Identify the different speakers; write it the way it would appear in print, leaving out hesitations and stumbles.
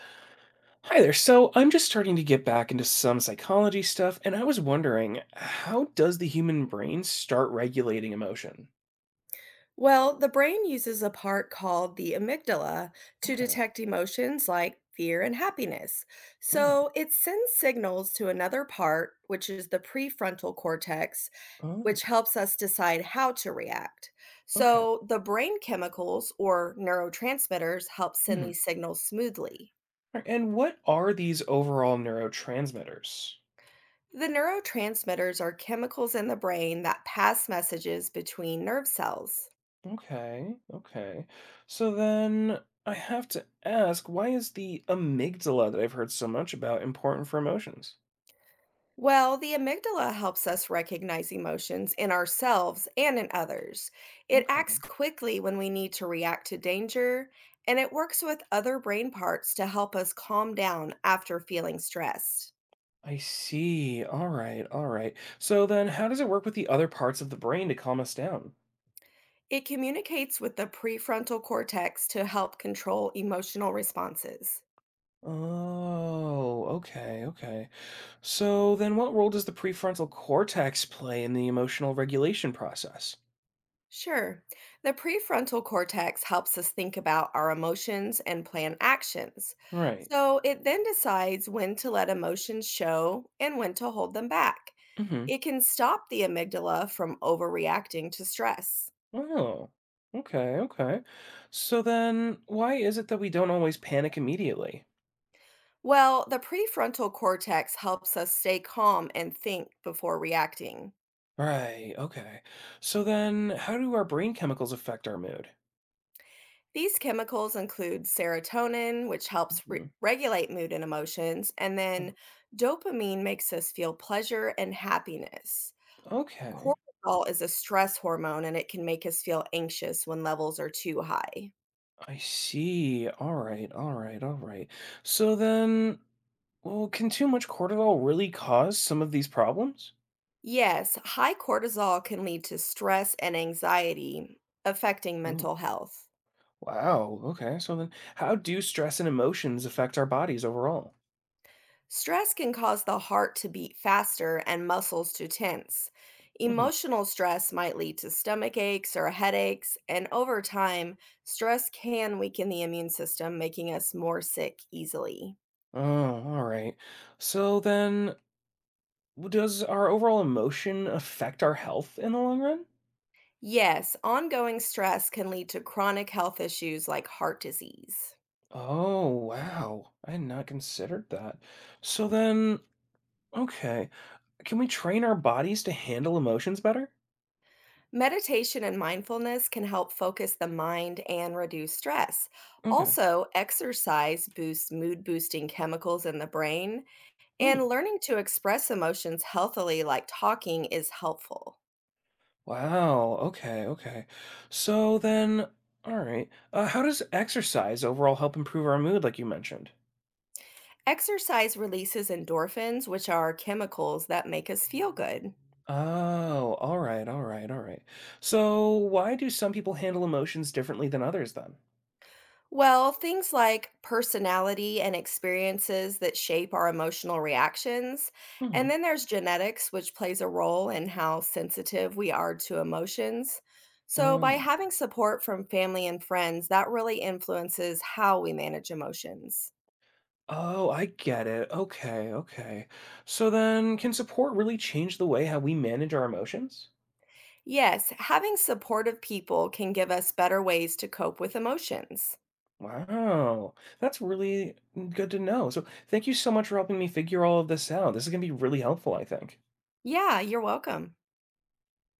Speaker 1: Hi there. So I'm just starting to get back into some psychology stuff, and I was wondering, how does the human brain start regulating emotion?
Speaker 2: Well, the brain uses a part called the amygdala to
Speaker 1: Okay.
Speaker 2: detect emotions like fear and happiness.
Speaker 1: All right.
Speaker 2: So it sends signals to another part, which is the prefrontal cortex, which
Speaker 1: Oh,
Speaker 2: helps us decide how to react.
Speaker 1: okay.
Speaker 2: So the brain chemicals or neurotransmitters help send
Speaker 1: Mhm.
Speaker 2: these signals smoothly.
Speaker 1: All right. And what are these overall neurotransmitters?
Speaker 2: The neurotransmitters are chemicals in the brain that pass messages between nerve cells.
Speaker 1: Okay. Okay. So then I have to ask, why is the amygdala that I've heard so much about important for emotions?
Speaker 2: Well, the amygdala helps us recognize emotions in ourselves and in others. It acts
Speaker 1: Okay.
Speaker 2: quickly when we need to react to danger, and it works with other brain parts to help us calm down after feeling stressed.
Speaker 1: I see. All right. All right. So then how does it work with the other parts of the brain to calm us down?
Speaker 2: It communicates with the prefrontal cortex to help control emotional responses.
Speaker 1: Oh, okay, okay. So then what role does the prefrontal cortex play in the emotional regulation process?
Speaker 2: Sure. The prefrontal cortex helps us think about our emotions and plan actions.
Speaker 1: Right.
Speaker 2: So it then decides when to let emotions show and when to hold them back.
Speaker 1: Mm-hmm.
Speaker 2: It can stop the amygdala from overreacting to stress.
Speaker 1: Oh, okay, okay. So then why is it that we don't always panic immediately?
Speaker 2: Well, the prefrontal cortex helps us stay calm and think before reacting.
Speaker 1: Right, okay. So then how do our brain chemicals affect our mood?
Speaker 2: These chemicals include serotonin, which helps
Speaker 1: Mhm.
Speaker 2: regulate mood and emotions, and
Speaker 1: Mm.
Speaker 2: then dopamine makes us feel pleasure and happiness.
Speaker 1: Okay,
Speaker 2: Cortisol is a stress hormone and it can make us feel anxious when levels are too high.
Speaker 1: I see. All right, all right, all right. So then, well, can too much cortisol really cause some of these problems?
Speaker 2: Yes, high cortisol can lead to stress and anxiety, affecting
Speaker 1: Mm.
Speaker 2: mental health.
Speaker 1: Wow. Okay. So then, how do stress and emotions affect our bodies overall?
Speaker 2: Stress can cause the heart to beat faster and muscles to tense.
Speaker 1: Hmm.
Speaker 2: Emotional stress might lead to stomach aches or headaches, and over time, stress can weaken the immune system, making us more sick easily.
Speaker 1: Oh, all right. So then, does our overall emotion affect our health in the long run?
Speaker 2: Yes, ongoing stress can lead to chronic health issues like heart disease.
Speaker 1: Oh, wow. I had not considered that. So then, okay. Can we train our bodies to handle emotions better?
Speaker 2: Meditation and mindfulness can help focus the mind and reduce stress.
Speaker 1: Okay.
Speaker 2: Also, exercise boosts mood boosting chemicals in the brain,
Speaker 1: Hmm.
Speaker 2: and learning to express emotions healthily, like talking, is helpful.
Speaker 1: Wow. Okay. Okay. So then, all right. How does exercise overall help improve our mood, like you mentioned?
Speaker 2: Exercise releases endorphins, which are chemicals that make us feel good.
Speaker 1: Oh, all right, all right, all right. So, why do some people handle emotions differently than others then?
Speaker 2: Well, things like personality and experiences that shape our emotional reactions. And
Speaker 1: Mhm.
Speaker 2: then there's genetics, which plays a role in how sensitive we are to emotions. So, by
Speaker 1: Oh.
Speaker 2: having support from family and friends, that really influences how we manage emotions.
Speaker 1: Oh, I get it. Okay, okay. So then, can support really change the way how we manage our emotions?
Speaker 2: Yes, having supportive people can give us better ways to cope with emotions.
Speaker 1: Wow, that's really good to know. So, thank you so much for helping me figure all of this out. This is going to be really helpful, I think.
Speaker 2: Yeah, you're welcome.